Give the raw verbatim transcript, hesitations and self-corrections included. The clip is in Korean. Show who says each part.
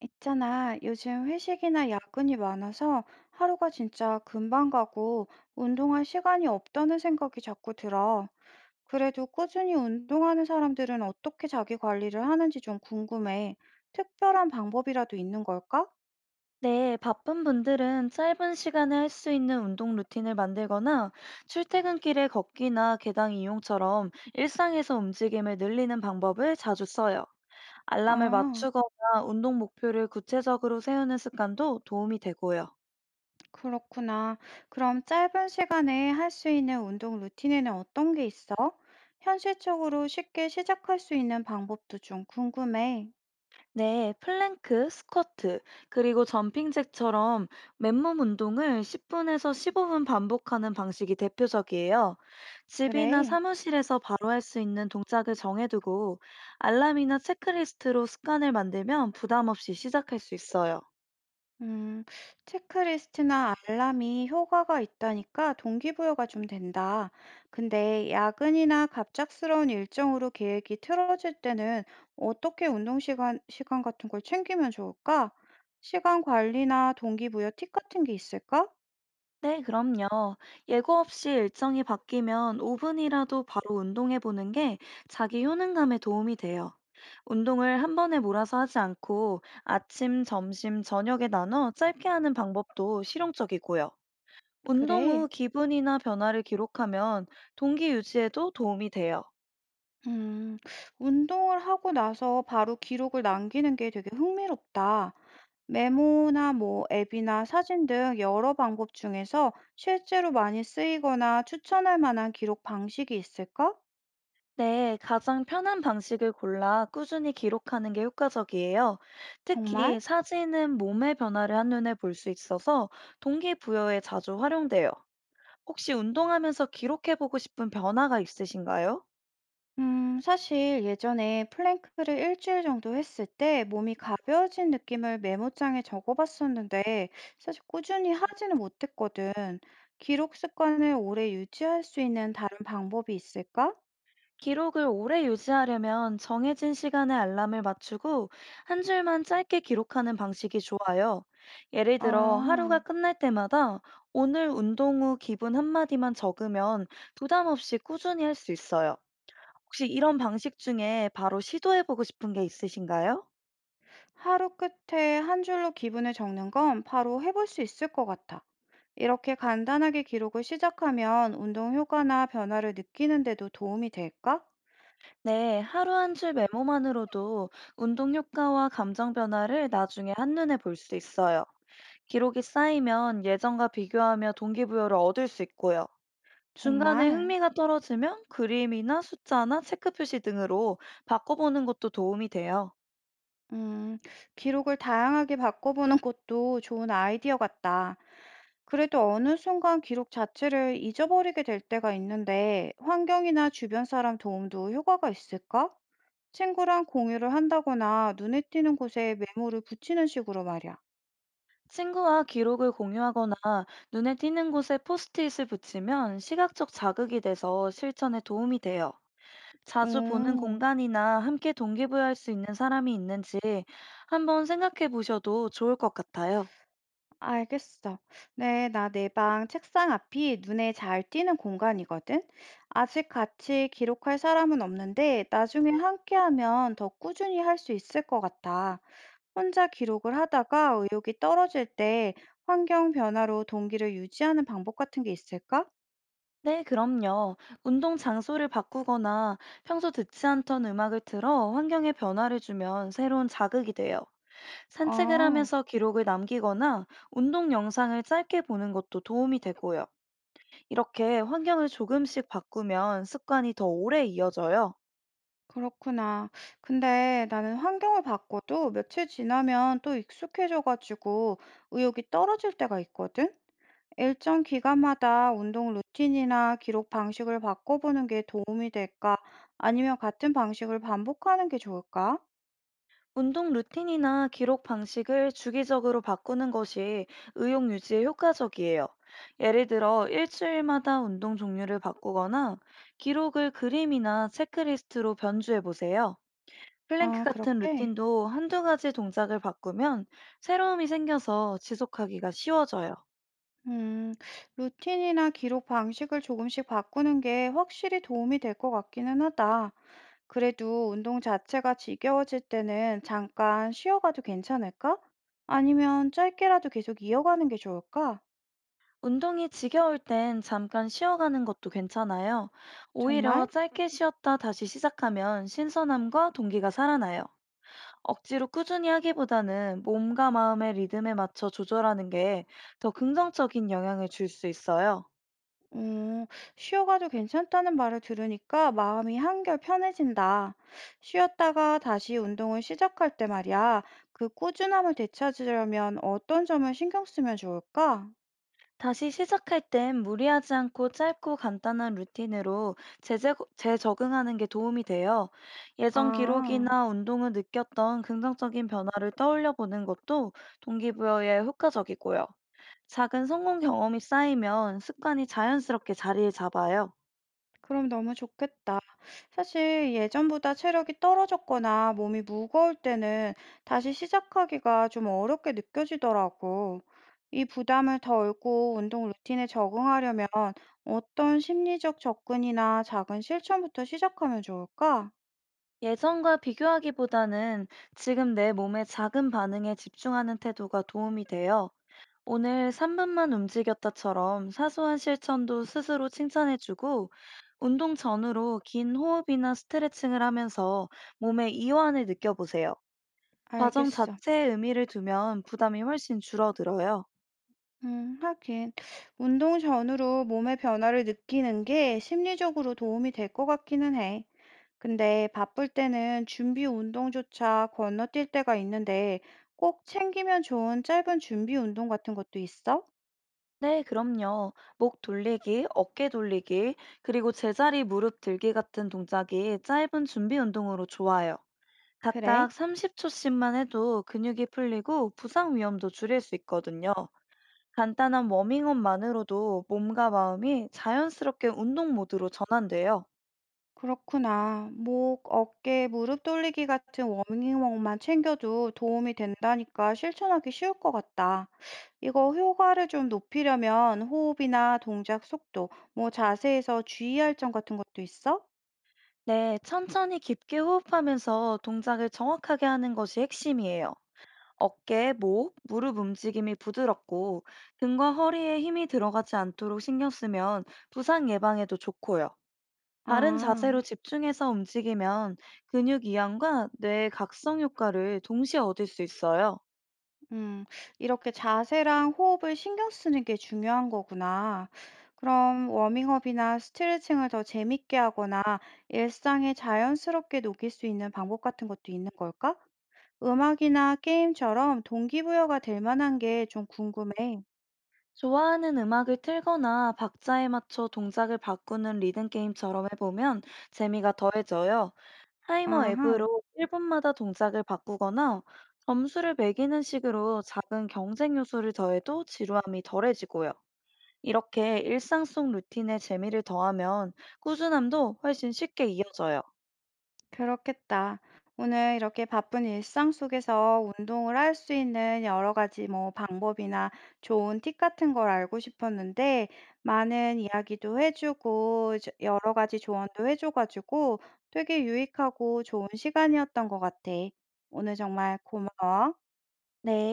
Speaker 1: 있잖아, 요즘 회식이나 야근이 많아서 하루가 진짜 금방 가고 운동할 시간이 없다는 생각이 자꾸 들어. 그래도 꾸준히 운동하는 사람들은 어떻게 자기 관리를 하는지 좀 궁금해. 특별한 방법이라도 있는 걸까?
Speaker 2: 네, 바쁜 분들은 짧은 시간에 할 수 있는 운동 루틴을 만들거나 출퇴근길에 걷기나 계단 이용처럼 일상에서 움직임을 늘리는 방법을 자주 써요. 알람을
Speaker 1: 아,
Speaker 2: 맞추거나 운동 목표를 구체적으로 세우는 습관도 도움이 되고요.
Speaker 1: 그렇구나. 그럼 짧은 시간에 할 수 있는 운동 루틴에는 어떤 게 있어? 현실적으로 쉽게 시작할 수 있는 방법도 좀 궁금해.
Speaker 2: 네, 플랭크, 스쿼트, 그리고 점핑잭처럼 맨몸 운동을 십 분에서 십오 분 반복하는 방식이 대표적이에요. 집이나
Speaker 1: 그래.
Speaker 2: 사무실에서 바로 할 수 있는 동작을 정해두고 알람이나 체크리스트로 습관을 만들면 부담 없이 시작할 수 있어요.
Speaker 1: 음, 체크리스트나 알람이 효과가 있다니까 동기부여가 좀 된다. 근데 야근이나 갑작스러운 일정으로 계획이 틀어질 때는 어떻게 운동 시간, 시간 같은 걸 챙기면 좋을까? 시간 관리나 동기부여 팁 같은 게 있을까?
Speaker 2: 네, 그럼요. 예고 없이 일정이 바뀌면 오 분이라도 바로 운동해 보는 게 자기 효능감에 도움이 돼요. 운동을 한 번에 몰아서 하지 않고 아침, 점심, 저녁에 나눠 짧게 하는 방법도 실용적이고요. 운동 후
Speaker 1: 그래.
Speaker 2: 기분이나 변화를 기록하면 동기 유지에도 도움이 돼요.
Speaker 1: 음, 운동을 하고 나서 바로 기록을 남기는 게 되게 흥미롭다. 메모나 뭐 앱이나 사진 등 여러 방법 중에서 실제로 많이 쓰이거나 추천할 만한 기록 방식이 있을까?
Speaker 2: 네, 가장 편한 방식을 골라 꾸준히 기록하는 게 효과적이에요.
Speaker 1: 정말?
Speaker 2: 특히 사진은 몸의 변화를 한눈에 볼 수 있어서 동기부여에 자주 활용돼요. 혹시 운동하면서 기록해보고 싶은 변화가 있으신가요?
Speaker 1: 음, 사실 예전에 플랭크를 일주일 정도 했을 때 몸이 가벼워진 느낌을 메모장에 적어봤었는데 사실 꾸준히 하지는 못했거든. 기록 습관을 오래 유지할 수 있는 다른 방법이 있을까?
Speaker 2: 기록을 오래 유지하려면 정해진 시간에 알람을 맞추고 한 줄만 짧게 기록하는 방식이 좋아요. 예를 들어 하루가
Speaker 1: 아.
Speaker 2: 끝날 때마다 오늘 운동 후 기분 한마디만 적으면 부담 없이 꾸준히 할 수 있어요. 혹시 이런 방식 중에 바로 시도해 보고 싶은 게 있으신가요?
Speaker 1: 하루 끝에 한 줄로 기분을 적는 건 바로 해볼 수 있을 것 같아. 이렇게 간단하게 기록을 시작하면 운동 효과나 변화를 느끼는데도 도움이 될까?
Speaker 2: 네, 하루 한 줄 메모만으로도 운동 효과와 감정 변화를 나중에 한눈에 볼 수 있어요. 기록이 쌓이면 예전과 비교하며 동기부여를 얻을 수 있고요. 중간에
Speaker 1: 정말,
Speaker 2: 흥미가 떨어지면 그림이나 숫자나 체크 표시 등으로 바꿔보는 것도 도움이 돼요.
Speaker 1: 음, 기록을 다양하게 바꿔보는 것도 좋은 아이디어 같다. 그래도 어느 순간 기록 자체를 잊어버리게 될 때가 있는데, 환경이나 주변 사람 도움도 효과가 있을까? 친구랑 공유를 한다거나 눈에 띄는 곳에 메모를 붙이는 식으로 말이야.
Speaker 2: 친구와 기록을 공유하거나 눈에 띄는 곳에 포스트잇을 붙이면 시각적 자극이 돼서 실천에 도움이 돼요. 자주 보는
Speaker 1: 오.
Speaker 2: 공간이나 함께 동기부여할 수 있는 사람이 있는지 한번 생각해 보셔도 좋을 것 같아요.
Speaker 1: 알겠어. 네, 나 내 방 책상 앞이 눈에 잘 띄는 공간이거든. 아직 같이 기록할 사람은 없는데 나중에 함께하면 더 꾸준히 할 수 있을 것 같아. 혼자 기록을 하다가 의욕이 떨어질 때 환경 변화로 동기를 유지하는 방법 같은 게 있을까?
Speaker 2: 네, 그럼요. 운동 장소를 바꾸거나 평소 듣지 않던 음악을 틀어 환경에 변화를 주면 새로운 자극이 돼요. 산책을
Speaker 1: 아,
Speaker 2: 하면서 기록을 남기거나 운동 영상을 짧게 보는 것도 도움이 되고요. 이렇게 환경을 조금씩 바꾸면 습관이 더 오래 이어져요.
Speaker 1: 그렇구나. 근데 나는 환경을 바꿔도 며칠 지나면 또 익숙해져가지고 의욕이 떨어질 때가 있거든. 일정 기간마다 운동 루틴이나 기록 방식을 바꿔보는 게 도움이 될까? 아니면 같은 방식을 반복하는 게 좋을까?
Speaker 2: 운동 루틴이나 기록 방식을 주기적으로 바꾸는 것이 의욕 유지에 효과적이에요. 예를 들어, 일주일마다 운동 종류를 바꾸거나 기록을 그림이나 체크리스트로 변주해 보세요. 플랭크
Speaker 1: 아,
Speaker 2: 같은
Speaker 1: 그렇게?
Speaker 2: 루틴도 한두 가지 동작을 바꾸면 새로움이 생겨서 지속하기가 쉬워져요.
Speaker 1: 음, 루틴이나 기록 방식을 조금씩 바꾸는 게 확실히 도움이 될 것 같기는 하다. 그래도 운동 자체가 지겨워질 때는 잠깐 쉬어가도 괜찮을까? 아니면 짧게라도 계속 이어가는 게 좋을까?
Speaker 2: 운동이 지겨울 땐 잠깐 쉬어가는 것도 괜찮아요. 오히려
Speaker 1: 정말?
Speaker 2: 짧게 쉬었다 다시 시작하면 신선함과 동기가 살아나요. 억지로 꾸준히 하기보다는 몸과 마음의 리듬에 맞춰 조절하는 게 더 긍정적인 영향을 줄 수 있어요.
Speaker 1: 음, 쉬어가도 괜찮다는 말을 들으니까 마음이 한결 편해진다. 쉬었다가 다시 운동을 시작할 때 말이야, 그 꾸준함을 되찾으려면 어떤 점을 신경 쓰면 좋을까?
Speaker 2: 다시 시작할 땐 무리하지 않고 짧고 간단한 루틴으로 재제, 재적응하는 게 도움이 돼요. 예전
Speaker 1: 아.
Speaker 2: 기록이나 운동을 느꼈던 긍정적인 변화를 떠올려 보는 것도 동기부여에 효과적이고요. 작은 성공 경험이 쌓이면 습관이 자연스럽게 자리를 잡아요.
Speaker 1: 그럼 너무 좋겠다. 사실 예전보다 체력이 떨어졌거나 몸이 무거울 때는 다시 시작하기가 좀 어렵게 느껴지더라고. 이 부담을 덜고 운동 루틴에 적응하려면 어떤 심리적 접근이나 작은 실천부터 시작하면 좋을까?
Speaker 2: 예전과 비교하기보다는 지금 내 몸의 작은 반응에 집중하는 태도가 도움이 돼요. 오늘 삼 분만 움직였다처럼 사소한 실천도 스스로 칭찬해주고, 운동 전후로 긴 호흡이나 스트레칭을 하면서 몸의 이완을 느껴보세요. 과정
Speaker 1: 알겠어.
Speaker 2: 자체에 의미를 두면 부담이 훨씬 줄어들어요.
Speaker 1: 음, 하긴. 운동 전후로 몸의 변화를 느끼는 게 심리적으로 도움이 될 것 같기는 해. 근데 바쁠 때는 준비 운동조차 건너뛸 때가 있는데 꼭 챙기면 좋은 짧은 준비 운동 같은 것도 있어?
Speaker 2: 네, 그럼요. 목 돌리기, 어깨 돌리기, 그리고 제자리 무릎 들기 같은 동작이 짧은 준비 운동으로 좋아요.
Speaker 1: 그래?
Speaker 2: 각각 삼십 초씩만 해도 근육이 풀리고 부상 위험도 줄일 수 있거든요. 간단한 워밍업만으로도 몸과 마음이 자연스럽게 운동 모드로 전환돼요.
Speaker 1: 그렇구나. 목, 어깨, 무릎 돌리기 같은 워밍업만 챙겨도 도움이 된다니까 실천하기 쉬울 것 같다. 이거 효과를 좀 높이려면 호흡이나 동작 속도, 뭐 자세에서 주의할 점 같은 것도 있어?
Speaker 2: 네, 천천히 깊게 호흡하면서 동작을 정확하게 하는 것이 핵심이에요. 어깨, 목, 무릎 움직임이 부드럽고 등과 허리에 힘이 들어가지 않도록 신경 쓰면 부상 예방에도 좋고요. 바른 자세로
Speaker 1: 아.
Speaker 2: 집중해서 움직이면 근육 이완과 뇌의 각성 효과를 동시에 얻을 수 있어요.
Speaker 1: 음, 이렇게 자세랑 호흡을 신경 쓰는 게 중요한 거구나. 그럼 워밍업이나 스트레칭을 더 재밌게 하거나 일상에 자연스럽게 녹일 수 있는 방법 같은 것도 있는 걸까? 음악이나 게임처럼 동기부여가 될 만한 게 좀 궁금해.
Speaker 2: 좋아하는 음악을 틀거나 박자에 맞춰 동작을 바꾸는 리듬 게임처럼 해보면 재미가 더해져요. 타이머
Speaker 1: 아하.
Speaker 2: 앱으로 일 분마다 동작을 바꾸거나 점수를 매기는 식으로 작은 경쟁 요소를 더해도 지루함이 덜해지고요. 이렇게 일상 속 루틴에 재미를 더하면 꾸준함도 훨씬 쉽게 이어져요.
Speaker 1: 그렇겠다. 오늘 이렇게 바쁜 일상 속에서 운동을 할 수 있는 여러 가지 뭐 방법이나 좋은 팁 같은 걸 알고 싶었는데, 많은 이야기도 해주고, 저- 여러 가지 조언도 해줘가지고 되게 유익하고 좋은 시간이었던 것 같아. 오늘 정말 고마워.
Speaker 2: 네.